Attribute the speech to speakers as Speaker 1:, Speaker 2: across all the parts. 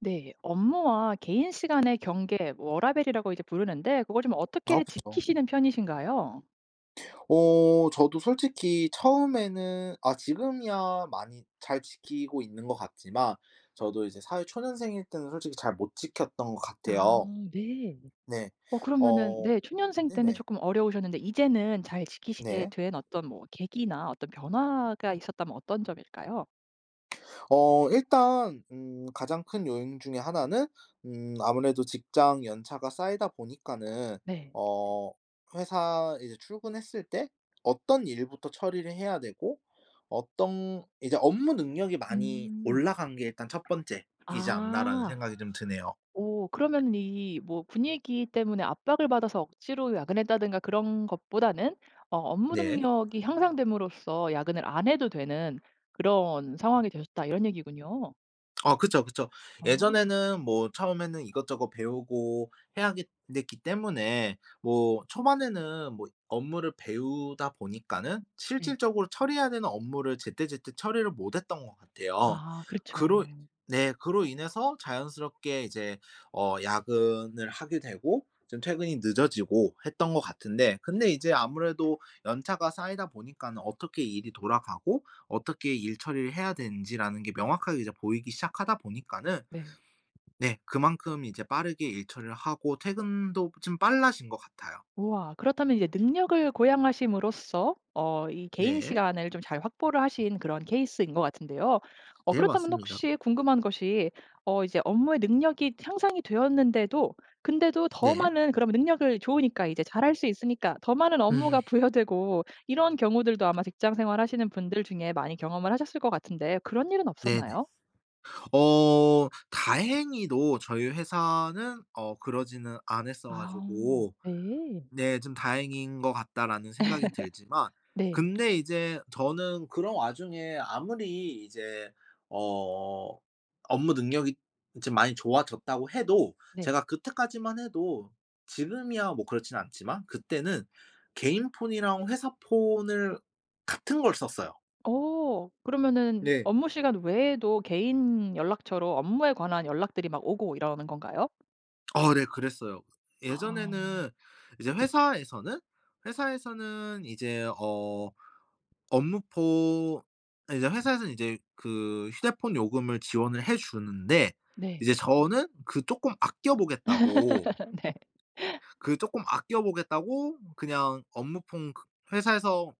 Speaker 1: 네. 업무와 개인 시간의 경계 뭐 워라밸이라고 이제 부르는데 그걸 좀
Speaker 2: 아
Speaker 1: 어떻게
Speaker 2: 그쵸.
Speaker 1: 지키시는 편이신가요?
Speaker 2: 저도 솔직히 처음에는 지금이야 많이 잘 지키고 있는 것 같지만 저도 이제 사회초년생일 때는 솔직히 잘 못 지켰던 것
Speaker 1: 아
Speaker 2: 같아요.
Speaker 1: 네.
Speaker 2: 네.
Speaker 1: 어 그러면은
Speaker 2: 어
Speaker 1: 네 초년생 때는
Speaker 2: 네네.
Speaker 1: 조금 어려우셨는데 이제는 잘 지키시게
Speaker 2: 네.
Speaker 1: 된 어떤 뭐 계기나 어떤 변화가 있었다면 어떤 점일까요?
Speaker 2: 일단 가장 큰 요인 중에 하나는 아무래도 직장 연차가 쌓이다 보니까는
Speaker 1: 네.
Speaker 2: 어 회사 이제 출근했을 때 어떤 일부터 처리를 해야 되고 어떤 이제 '업무 능력이 많이
Speaker 1: 음.
Speaker 2: 올라간 게 일단 첫 번째이지 않나.'라는
Speaker 1: 아.
Speaker 2: 생각이 좀 드네요.
Speaker 1: 오 그러면은 이 뭐 분위기 때문에 압박을 받아서 억지로 야근했다든가 그런 것보다는 어 업무
Speaker 2: 네.
Speaker 1: 능력이 향상됨으로써 야근을 안 해도 되는 그런 상황이 되셨다 이런 얘기군요.
Speaker 2: 그쵸, 그쵸.
Speaker 1: 어.
Speaker 2: 예전에는 뭐 처음에는 이것저것 배우고 해야 겠 됐기 때문에 뭐 초반에는 뭐 업무를 배우다 보니까는
Speaker 1: 네.
Speaker 2: 실질적으로 처리해야 되는 업무를 제때제때 처리를 못 했던 것 같아요.
Speaker 1: 아
Speaker 2: 그로
Speaker 1: 그렇죠.
Speaker 2: 네, 그로 인해서 자연스럽게 이제 야근을 하게 되고 좀 퇴근이 늦어지고 했던 것 같은데, 근데 이제 아무래도 연차가 쌓이다 보니까는 어떻게 일이 돌아가고 어떻게 일 처리를 해야 되는지라는 게 명확하게 이제 보이기 시작하다 보니까는
Speaker 1: 네.
Speaker 2: 네, 그만큼 이제 빠르게 일 처리를 하고 퇴근도 좀 빨라진 것 같아요.
Speaker 1: 우와. 그렇다면 이제 능력을 고양하심으로써 어 이 개인
Speaker 2: 네.
Speaker 1: 시간을 좀 잘 확보를 하신 그런 케이스인 것 같은데요. 어
Speaker 2: 네,
Speaker 1: 그렇다면
Speaker 2: 맞습니다.
Speaker 1: 혹시 궁금한 것이 어 이제 업무의 능력이 향상이 되었는데도 근데도 더
Speaker 2: 네.
Speaker 1: 많은 그럼 능력을 좋으니까 이제 잘할 수 있으니까 더 많은
Speaker 2: 음
Speaker 1: 업무가 부여되고 이런 경우들도 아마 직장 생활하시는 분들 중에 많이 경험을 하셨을 것 같은데 그런 일은
Speaker 2: 네네.
Speaker 1: 없었나요?
Speaker 2: 다행히도 저희 회사는 그러지는 않았어
Speaker 1: 아.
Speaker 2: 가지고
Speaker 1: 네.
Speaker 2: 네. 좀 '다행인 것 같다.'라는 생각이 들지만,
Speaker 1: 네.
Speaker 2: 근데 이제 저는 그런 와중에 아무리 이제 어 업무 능력이 이제 많이 좋아졌다고 해도,
Speaker 1: 네.
Speaker 2: 제가 그때까지만 해도, 지금이야 뭐 그렇진 않지만 그때는 개인 폰이랑 회사 폰을 같은 걸 썼어요.
Speaker 1: 어. 그러면은
Speaker 2: 네.
Speaker 1: 업무 시간 외에도 개인 연락처로 업무에 관한 연락들이 막 오고 이러는 건가요?
Speaker 2: 네. 그랬어요.
Speaker 1: 아.
Speaker 2: 예전에는 이제 회사에서는 이제 업무포 아, 이제 회사에서는 이제 그 휴대폰 요금을 지원을 해 주는데,
Speaker 1: 네.
Speaker 2: 이제 저는 그 쪼끔 아껴 보겠다고
Speaker 1: 네.
Speaker 2: 그 쪼끔 아껴 보겠다고 그냥 업무폰, 그 회사에서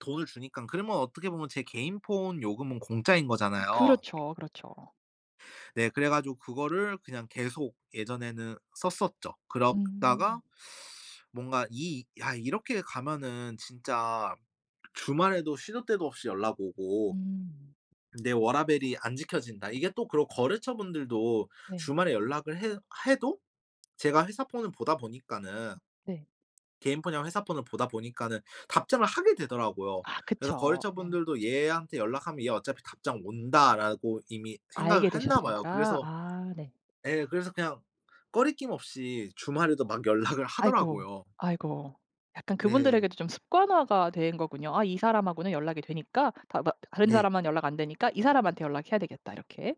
Speaker 2: 돈을 주니깐 그러면 어떻게 보면 제 개인 폰 요금은 공짜인 거잖아요.
Speaker 1: 그렇죠, 그렇죠.
Speaker 2: 네, 그래 가지고 그거를 그냥 계속 예전에는 썼었죠.
Speaker 1: 음.
Speaker 2: 그러다가 뭔가 이 '야 이렇게 가면은 진짜 주말에도 쉬는 때도 없이 연락 오고
Speaker 1: 음.
Speaker 2: 내 워라밸이 안 지켜진다. 이게 또 그런 거래처분들도
Speaker 1: 네.
Speaker 2: 주말에 연락을 해 해도 제가 회사 폰을 보다 보니까는,
Speaker 1: 네.
Speaker 2: 개인 폰이랑 회사 폰을 보다 보니까는 답장을 하게 되더라고요.
Speaker 1: 아
Speaker 2: 그래서
Speaker 1: 그쵸.
Speaker 2: 거래처분들도 '얘한테 연락하면 얘 어차피 답장 온다.'라고 이미 생각을
Speaker 1: 알게
Speaker 2: 했나 봐요.
Speaker 1: 되셨으니까.
Speaker 2: 그래서
Speaker 1: 아 네.
Speaker 2: 예, 그래서 그냥 꺼리낌 없이 주말에도 막 연락을
Speaker 1: 아이고.
Speaker 2: 하더라고요.
Speaker 1: 아이고. 약간
Speaker 2: 네.
Speaker 1: 그분들에게도 좀 습관화가 된 거군요. '아 이 사람하고는 연락이 되니까 다 뭐, 다른
Speaker 2: 네.
Speaker 1: 사람만 연락 안 되니까 이 사람한테 연락해야 되겠다.' 이렇게.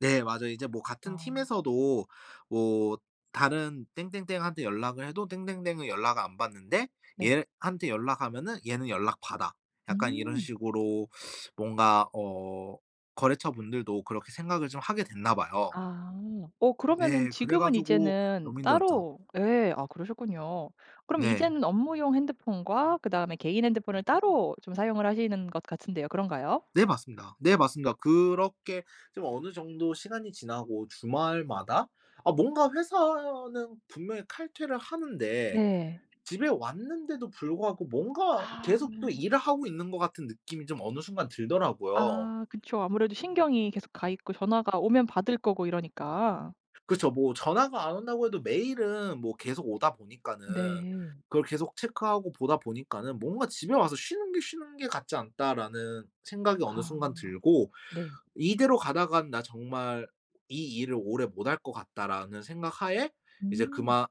Speaker 2: 네, 맞아요. 이제 뭐 같은
Speaker 1: 아
Speaker 2: 팀에서도 뭐 다른 땡땡땡한테 연락을 해도 땡땡땡은 연락을 안 받는데,
Speaker 1: 네.
Speaker 2: 얘한테 연락하면은 얘는 연락받아. 약간 이런
Speaker 1: 음.
Speaker 2: 식으로 뭔가 거래처 분들도 그렇게 생각을 좀 하게 됐나 봐요.
Speaker 1: 아. 어 그러면은
Speaker 2: 네. 그래
Speaker 1: 지금은
Speaker 2: 가지고
Speaker 1: 이제는
Speaker 2: 너무 힘들었죠.
Speaker 1: 따로 예. 아 그러셨군요. 그럼
Speaker 2: 네.
Speaker 1: 이제는 업무용 핸드폰과 그다음에 개인 핸드폰을 따로 좀 사용을 하시는 것 같은데요. 그런가요?
Speaker 2: 네, 맞습니다. 네, 맞습니다. 그렇게 좀 어느 정도 시간이 지나고, 주말마다 아, 뭔가 회사는 분명히 칼퇴를 하는데
Speaker 1: 네.
Speaker 2: 집에 왔는데도 불구하고 뭔가
Speaker 1: 아.
Speaker 2: 계속 또 일을 하고 있는 것 같은 느낌이 좀 어느 순간 들더라고요.
Speaker 1: 아 그쵸. 아무래도 신경이 계속 가 있고 전화가 오면 받을 거고 이러니까.
Speaker 2: 그쵸. 뭐 전화가 안 온다고 해도 메일은 뭐 계속 오다 보니까는
Speaker 1: 네.
Speaker 2: 그걸 계속 체크하고 보다 보니까는 뭔가 '집에 와서 쉬는 게 같지 않다.'라는 생각이 어느
Speaker 1: 아.
Speaker 2: 순간 들고,
Speaker 1: 네.
Speaker 2: '이대로 가다간 나 정말 이 일을 오래 못 할 것 같다.'라는 생각하에 이제
Speaker 1: 음.
Speaker 2: 그만,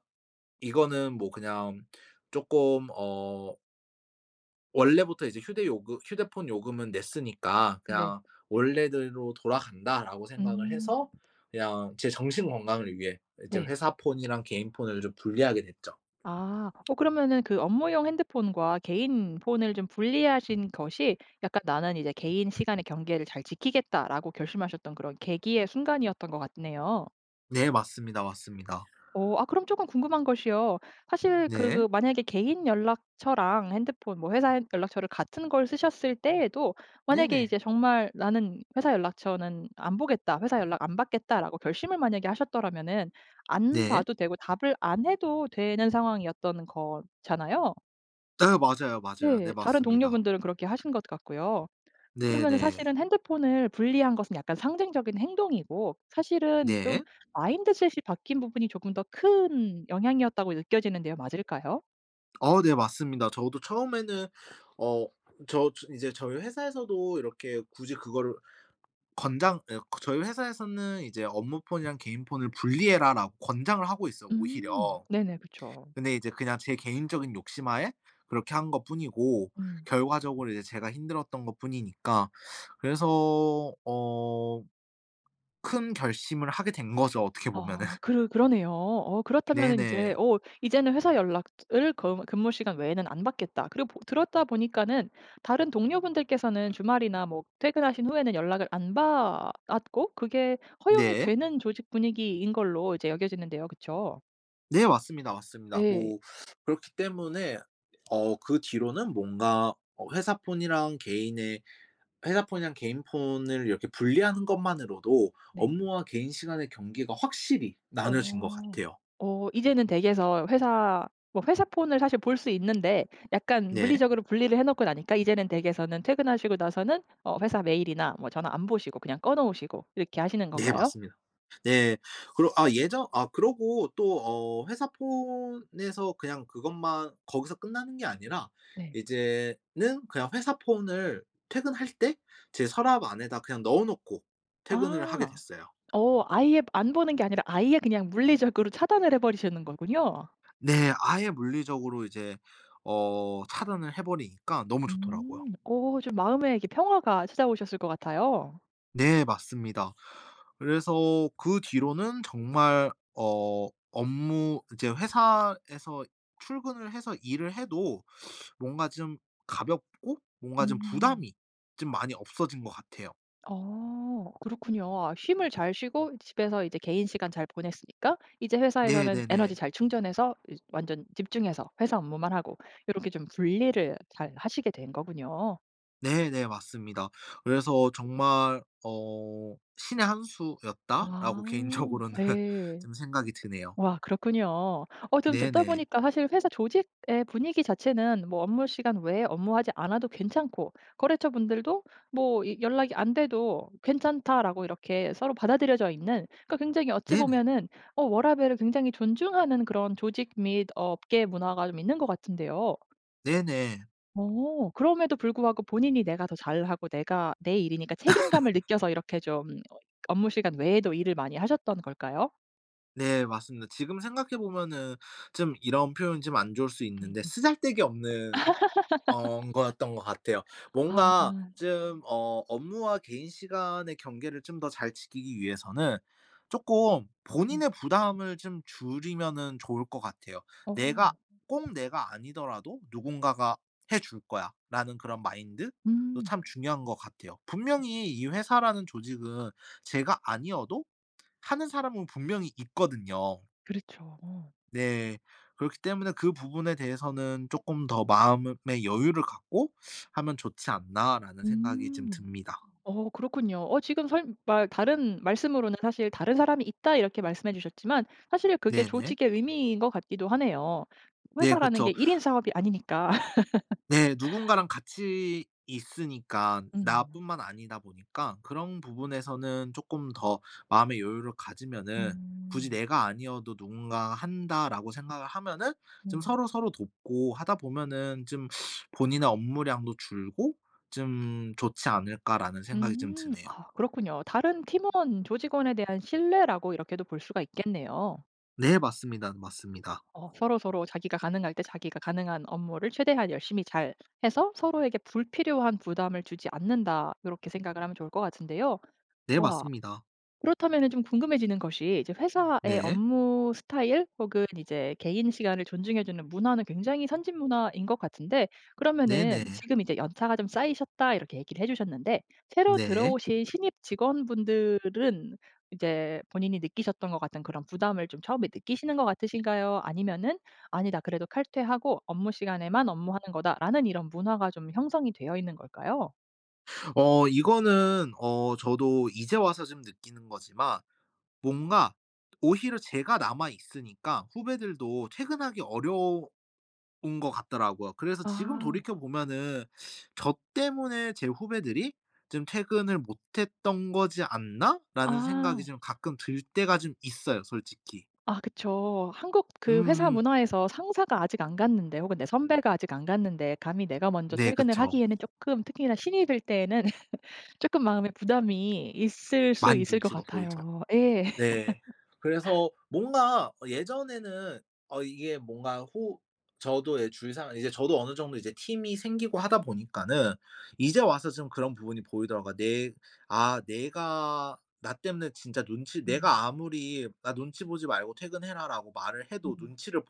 Speaker 2: 이거는 뭐 그냥 쪼끔 원래부터 이제 휴대폰 요금은 냈으니까
Speaker 1: 네.
Speaker 2: 그냥 원래대로 돌아간다라고 생각을
Speaker 1: 음.
Speaker 2: 해서 그냥 제 정신 건강을 위해 이제
Speaker 1: 네.
Speaker 2: 회사 폰이랑 개인 폰을 좀 분리하게 됐죠.
Speaker 1: 아. 어 그러면은 그 업무용 핸드폰과 개인 폰을 좀 분리하신 것이 약간 '나는 이제 개인 시간의 경계를 잘 지키겠다.'라고 결심하셨던 그런 계기의 순간이었던 것 같네요.
Speaker 2: 네, 맞습니다, 맞습니다.
Speaker 1: 어 아 그럼 조금 궁금한 것이요. 사실
Speaker 2: 네.
Speaker 1: 그 만약에 개인 연락처랑 핸드폰 뭐 회사 핸 연락처를 같은 걸 쓰셨을 때에도 만약에
Speaker 2: 네네.
Speaker 1: 이제 정말 '나는 회사 연락처는 안 보겠다. 회사 연락 안 받겠다.'라고 결심을 만약에 하셨더라면은 안
Speaker 2: 네.
Speaker 1: 봐도 되고 답을 안 해도 되는 상황이었던 거잖아요.
Speaker 2: 아, 맞아요, 맞아요.
Speaker 1: 네.
Speaker 2: 네,
Speaker 1: 다른
Speaker 2: 맞습니다.
Speaker 1: 동료분들은 그렇게 하신 것 같고요. 그러면은
Speaker 2: 네네.
Speaker 1: 사실은 핸드폰을 분리한 것은 약간 상징적인 행동이고 사실은 좀
Speaker 2: 네.
Speaker 1: 마인드셋이 바뀐 부분이 조금 더 큰 영향이었다고 느껴지는데요. 맞을까요?
Speaker 2: 네, 맞습니다. 저도 처음에는 어 저 이제 저희 회사에서도 이렇게 굳이 그거를 권장 예, 저희 회사에서는 이제 업무폰이랑 개인폰을 분리해라라고 권장을 하고 있어요,
Speaker 1: 음.
Speaker 2: 오히려.
Speaker 1: 네네. 그쵸.
Speaker 2: 근데 이제 그냥 제 개인적인 욕심하에 그렇게 한 것뿐이고,
Speaker 1: 음.
Speaker 2: 결과적으로 이제 제가 힘들었던 것뿐이니까. 그래서 큰 결심을 하게 된 거죠, 어떻게 보면은.
Speaker 1: 아 그러네요. 어 그렇다면은 이제
Speaker 2: 네네.
Speaker 1: 어 이제는 회사 연락을 거 근무 시간 외에는 안 받겠다. 그리고 보 들었다 보니까는 다른 동료분들께서는 주말이나 뭐 퇴근하신 후에는 연락을 안 받았고 그게 허용이
Speaker 2: 네.
Speaker 1: 되는 조직 분위기인 걸로 이제 여겨지는데요. 그쵸?
Speaker 2: 네, 맞습니다, 맞습니다.
Speaker 1: 네.
Speaker 2: 뭐 그렇기 때문에 그 뒤로는 뭔가 회사 폰이랑 개인 폰을 이렇게 분리하는 것만으로도 업무와 개인 시간의 경계가 확실히 나눠진 것
Speaker 1: 어.
Speaker 2: 같아요.
Speaker 1: 어 이제는 댁에서 회사 뭐 회사 폰을 사실 볼 수 있는데 약간
Speaker 2: 네.
Speaker 1: 물리적으로 분리를 해 놓고 나니까 이제는 댁에서는 퇴근하시고 나서는 어 회사 메일이나 뭐 전화 안 보시고 그냥 꺼 놓으시고 이렇게 하시는
Speaker 2: 네,
Speaker 1: 건가요?
Speaker 2: 맞습니다. 네. 그러 아, 예전 아, 그러고 또 회사 폰에서 그냥 그것만 거기서 끝나는 게 아니라,
Speaker 1: 네.
Speaker 2: 이제는 그냥 회사 폰을 퇴근할 때 제 서랍 안에다 그냥 넣어 놓고 퇴근을 하게
Speaker 1: 아.
Speaker 2: 됐어요.
Speaker 1: 어 아예 안 보는 게 아니라 아예 그냥 물리적으로 차단을 해 버리시는 거군요.
Speaker 2: 네. 아예 물리적으로 이제 차단을 해 버리니까 너무 좋더라고요.
Speaker 1: 음. 어 좀 마음에 이렇게 평화가 찾아오셨을 것 같아요.
Speaker 2: 네, 맞습니다. 그래서 그 뒤로는 정말 업무 이제 회사에서 출근을 해서 일을 해도 뭔가 좀 가볍고, 뭔가 좀
Speaker 1: 음.
Speaker 2: 부담이 좀 많이 없어진 것 같아요.
Speaker 1: 어 그렇군요. 아 쉼을 잘 쉬고 집에서 이제 개인 시간 잘 보냈으니까 이제 회사에서는 에너지
Speaker 2: 네네네.
Speaker 1: 잘 충전해서 이 완전 집중해서 회사 업무만 하고 이렇게 좀 분리를 잘 하시게 된 거군요.
Speaker 2: 네네, 맞습니다. 그래서 정말 '신의 한
Speaker 1: 아.
Speaker 2: 수였다.'라고 개인적으로는
Speaker 1: 네.
Speaker 2: 좀 생각이 드네요.
Speaker 1: 와 그렇군요. 어 좀 듣다
Speaker 2: 네네.
Speaker 1: 보니까 사실 회사 조직의 분위기 자체는 뭐 업무 시간 외에 업무하지 않아도 괜찮고 거래처 분들도 뭐 이 연락이 안 돼도 "괜찮다."라고 이렇게 서로 받아들여져 있는 그러니까 굉장히 어찌
Speaker 2: 네네.
Speaker 1: 보면은 어 워라밸을 굉장히 존중하는 그런 조직 및 어, 업계 문화가 좀 있는 것 같은데요.
Speaker 2: 네네.
Speaker 1: 오 그럼에도 불구하고 본인이 내가 더 잘하고 내가 내 일이니까 책임감을 느껴서 이렇게 좀 업무 시간 외에도 일을 많이 하셨던 걸까요?
Speaker 2: 네, 맞습니다. 지금 생각해 보면은 좀 이런 표현이 좀 안 좋을 수
Speaker 1: 음.
Speaker 2: 있는데, 쓰잘데기 없는 거였던 것 같아요.
Speaker 1: 아.
Speaker 2: 뭔가 좀 업무와 개인 시간의 경계를 좀 더 잘 지키기 위해서는 쪼끔
Speaker 1: 음.
Speaker 2: 본인의 부담을 좀 줄이면은 좋을 것 같아요. '내가
Speaker 1: 어.
Speaker 2: 꼭 내가 아니더라도 누군가가 해줄 거야.'라는 그런 마인드도
Speaker 1: 음.
Speaker 2: 참 중요한 것 같아요. 분명히 이 회사라는 조직은 제가 아니어도 하는 사람은 분명히 있거든요.
Speaker 1: 그렇죠. 어.
Speaker 2: 네. 그렇기 때문에 그 부분에 대해서는 조금 더 '마음의 여유를 갖고 하면 좋지 않나.'라는 생각이 좀
Speaker 1: 음.
Speaker 2: 듭니다.
Speaker 1: 어 그렇군요. 어 지금 설 말 다른 말씀으로는 사실 "다른 사람이 있다." 이렇게 말씀해 주셨지만 사실 그게
Speaker 2: 네네.
Speaker 1: 조직의 의미인 것 같기도 하네요.
Speaker 2: 네,
Speaker 1: 회사라는 게
Speaker 2: 그쵸.
Speaker 1: 1인 사업이 아니니까.
Speaker 2: 네, 누군가랑 같이 있으니까,
Speaker 1: 음.
Speaker 2: 나뿐만 아니다 보니까 그런 부분에서는 조금 더 마음의 여유를 가지면은, 굳이
Speaker 1: 음.
Speaker 2: '내가 아니어도 누군가가 한다.'라고 생각을 하면은, 좀
Speaker 1: 음.
Speaker 2: 서로서로 돕고 하다 보면은 좀 본인의 업무량도 줄고 좀 '좋지 않을까.'라는 생각이 좀
Speaker 1: 음.
Speaker 2: 드네요.
Speaker 1: 아 그렇군요. 다른 팀원, 조직원에 대한 신뢰라고 이렇게도 볼 수가 있겠네요.
Speaker 2: 네, 맞습니다. 맞습니다.
Speaker 1: 어 서로서로 자기가 가능할 때 자기가 가능한 업무를 최대한 열심히 잘 해서 서로에게 불필요한 부담을 주지 않는다. 이렇게 생각을 하면 좋을 것 같은데요.
Speaker 2: 네,
Speaker 1: 와
Speaker 2: 맞습니다.
Speaker 1: 그렇다면은 좀 궁금해지는 것이 이제 회사의
Speaker 2: 네.
Speaker 1: 업무 스타일 혹은 이제 개인 시간을 존중해 주는 문화는 굉장히 선진 문화인 것 같은데
Speaker 2: 네네.
Speaker 1: 그러면은 지금 이제 연차가 좀 쌓이셨다 이렇게 얘기를 해 주셨는데 새로
Speaker 2: 네.
Speaker 1: 들어오신 신입 직원분들은 이제 본인이 느끼셨던 것 같은 그런 부담을 좀 처음에 느끼시는 것 같으신가요? 아니면은 '아니다. 그래도 칼퇴하고 업무 시간에만 업무하는 거다.'라는 이런 문화가 좀 형성이 되어 있는 걸까요?
Speaker 2: 이거는 저도 이제 와서 좀 느끼는 거지만, 뭔가 오히려 제가 남아 있으니까 후배들도 퇴근하기 어려운 것 같더라고요. 그래서 지금
Speaker 1: 아.
Speaker 2: 돌이켜 보면은 저 때문에 제 후배들이 좀 '퇴근을 못 했던 거지 않나?'라는 생각이
Speaker 1: 아.
Speaker 2: 좀 가끔 들 때가 좀 있어요, 솔직히.
Speaker 1: 아 그쵸. 한국 그 회사
Speaker 2: 음.
Speaker 1: 문화에서 상사가 아직 안 갔는데 혹은 내 선배가 아직 안 갔는데 감히 내가 먼저
Speaker 2: 네,
Speaker 1: 퇴근을
Speaker 2: 그쵸.
Speaker 1: 하기에는 조금, 특히나 신입일 때에는 조금 마음에 부담이 있을 수
Speaker 2: 많이
Speaker 1: 있을 것
Speaker 2: 눈치가 보이죠.
Speaker 1: 같아요. 예.
Speaker 2: 네. 그래서 뭔가 예전에는 어 이게 뭔가 호 저도 어느 정도 이제 팀이 생기고 하다 보니까는 이제 와서 좀 그런 부분이 보이더라고요. 내 아, 내가 나 때문에 진짜 눈치
Speaker 1: 음.
Speaker 2: 내가 아무리 "나 눈치 보지 말고 퇴근해라."라고 말을 해도
Speaker 1: 음.
Speaker 2: '눈치를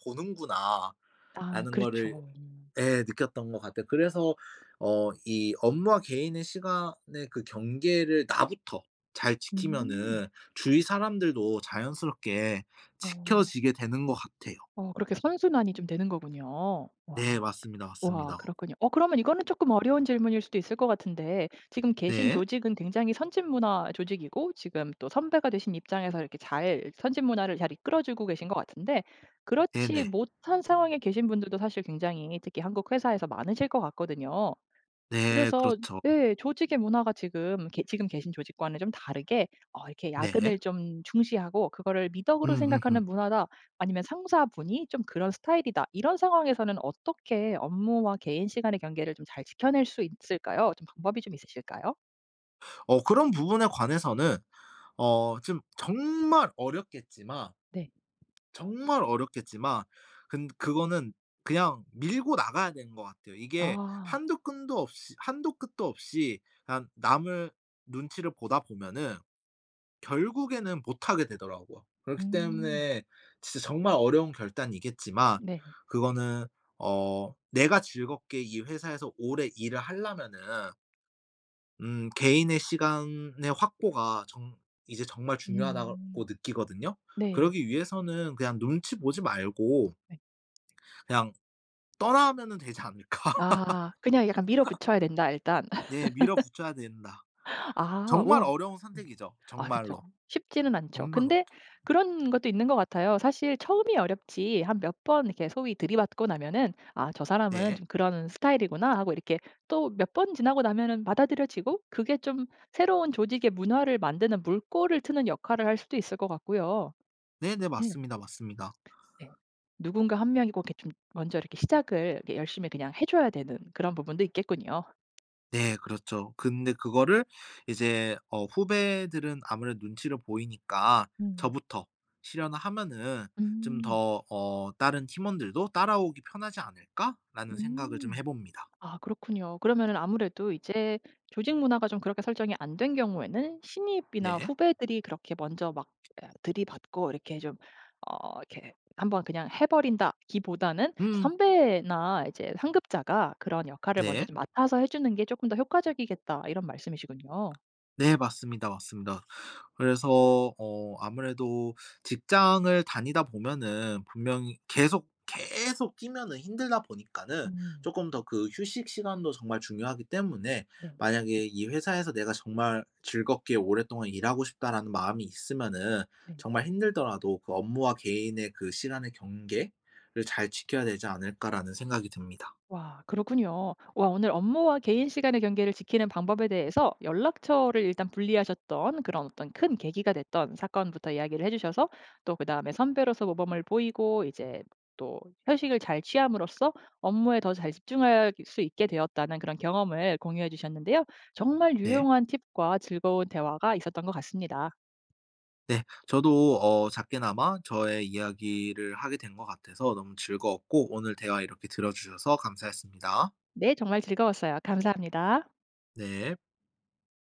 Speaker 1: 아
Speaker 2: 보는구나.'라는 거를,
Speaker 1: 그렇죠.
Speaker 2: 예, 느꼈던 것 같아요. 그래서 이 업무와 개인의 시간의 그 경계를 나부터 잘
Speaker 1: 음.
Speaker 2: 지키면은 주위 사람들도 자연스럽게
Speaker 1: 어.
Speaker 2: 지켜지게 되는 것 같아요.
Speaker 1: 어 그렇게 선순환이 좀 되는 거군요. 와.
Speaker 2: 네. 맞습니다,
Speaker 1: 와
Speaker 2: 맞습니다.
Speaker 1: 그렇군요. 어 그러면 이거는 조금 어려운 질문일 수도 있을 것 같은데 지금 계신
Speaker 2: 네.
Speaker 1: 조직은 굉장히 선진 문화 조직이고 지금 또 선배가 되신 입장에서 이렇게 잘 선진 문화를 잘 이끌어 주고 계신 것 같은데
Speaker 2: 네네.
Speaker 1: 그렇지
Speaker 2: 네.
Speaker 1: 못한 상황에 계신 분들도 사실 굉장히 특히 한국 회사에서 많으실 것 같거든요.
Speaker 2: 네,
Speaker 1: 그래서
Speaker 2: 그렇죠.
Speaker 1: 예 조직의 문화가 지금 계신 조직과는 좀 다르게 어 이렇게
Speaker 2: 네.
Speaker 1: 야근을 좀 중시하고 그거를 미덕으로
Speaker 2: 음음음.
Speaker 1: 생각하는 문화다 아니면 '상사분이 좀 그런 스타일이다.' 이런 상황에서는 어떻게 업무와 개인 시간의 경계를 좀 잘 지켜낼 수 있을까요? 좀 방법이 좀 있으실까요?
Speaker 2: 그런 부분에 관해서는 좀 정말 어렵겠지만
Speaker 1: 네.
Speaker 2: 정말 어렵겠지만, 근 그거는 그냥 밀고 나가야 되는 것 같아요. 이게
Speaker 1: 아.
Speaker 2: 한도 끝도 없이 그냥 남을 눈치를 보다 보면은 결국에는 못하게 되더라고요. 그렇기
Speaker 1: 음.
Speaker 2: 때문에 진짜 정말 어려운 결단이겠지만,
Speaker 1: 네.
Speaker 2: 그거는 내가 즐겁게 이 회사에서 오래 일을 하려면은 개인의 시간의 확보가 정 이제 정말 중요하다고
Speaker 1: 음.
Speaker 2: 느끼거든요.
Speaker 1: 네.
Speaker 2: 그러기 위해서는 그냥 눈치 보지 말고
Speaker 1: 네.
Speaker 2: 그냥 떠나면은 되지 않을까.
Speaker 1: 아 그냥 약간 밀어붙여야 된다 일단.
Speaker 2: 네, 밀어붙여야 된다.
Speaker 1: 아
Speaker 2: 정말
Speaker 1: 와
Speaker 2: 어려운
Speaker 1: 음.
Speaker 2: 선택이죠.
Speaker 1: 아 그쵸.
Speaker 2: 정말로.
Speaker 1: 쉽지는 않죠.
Speaker 2: 정말 로
Speaker 1: 근데 그런 것도 있는 것 같아요. 사실 처음이 어렵지 한 몇 번 이렇게 소위 들이받고 나면은 '아 저 사람은
Speaker 2: 네.
Speaker 1: 좀 그런 스타일이구나.' 하고 이렇게 또 몇 번 지나고 나면은 받아들여지고 그게 좀 새로운 조직의 문화를 만드는 물꼬를 트는 역할을 할 수도 있을 것 같고요.
Speaker 2: 네네.
Speaker 1: 예. 네.
Speaker 2: 맞습니다, 맞습니다.
Speaker 1: 네. 누군가 한 명이 꼭 이렇게 좀 먼저 이렇게 시작을 이렇게 열심히 그냥 해 줘야 되는 그런 부분도 있겠군요.
Speaker 2: 네, 그렇죠. 근데 그거를 이제 후배들은 아무래도 눈치를 보이니까
Speaker 1: 음.
Speaker 2: 저부터 실현을 하면은 좀
Speaker 1: 음.
Speaker 2: 더 '다른 팀원들도 따라오기 편하지 않을까?'라는 생각을 좀
Speaker 1: 음.
Speaker 2: 해 봅니다.
Speaker 1: 아 그렇군요. 그러면은 아무래도 이제 조직 문화가 좀 그렇게 설정이 안 된 경우에는 신입이나
Speaker 2: 네.
Speaker 1: 후배들이 그렇게 먼저 막 에 들이받고 이렇게 좀 어 이렇게 한번 그냥 해 버린다기보다는
Speaker 2: 음.
Speaker 1: 선배나 이제 상급자가 그런 역할을 먼저
Speaker 2: 네.
Speaker 1: 좀 맡아서 해 주는 게 조금 더 효과적이겠다 이런 말씀이시군요.
Speaker 2: 네, 맞습니다, 맞습니다. 그래서 아무래도 직장을 다니다 보면은 분명히 계속, 계속 뛰면은 힘들다 보니까는
Speaker 1: 음.
Speaker 2: 쪼끔 더 그 휴식 시간도 정말 중요하기 때문에
Speaker 1: 네.
Speaker 2: 만약에 '이 회사에서 내가 정말 즐겁게 오랫동안 일하고 싶다.'라는 마음이 있으면은
Speaker 1: 네.
Speaker 2: 정말 힘들더라도 그 '업무와 개인의 그 시간의 경계를 잘 지켜야 되지 않을까.'라는 생각이 듭니다.
Speaker 1: 와 그렇군요. 와 오늘 업무와 개인 시간의 경계를 지키는 방법에 대해서 연락처를 일단 분리하셨던 그런 어떤 큰 계기가 됐던 사건부터 이야기를 해 주셔서 또 그다음에 선배로서 모범을 보이고 이제 또 휴식을 잘 취함으로써 업무에 더 잘 집중할 수 있게 되었다는 그런 경험을 공유해 주셨는데요. 정말
Speaker 2: 네.
Speaker 1: 유용한 팁과 즐거운 대화가 있었던 것 같습니다.
Speaker 2: 네. 저도 작게나마 저의 이야기를 하게 된 것 같아서 너무 즐거웠고, 오늘 대화 이렇게 들어 주셔서 감사했습니다.
Speaker 1: 네 정말 즐거웠어요. 감사합니다.
Speaker 2: 네.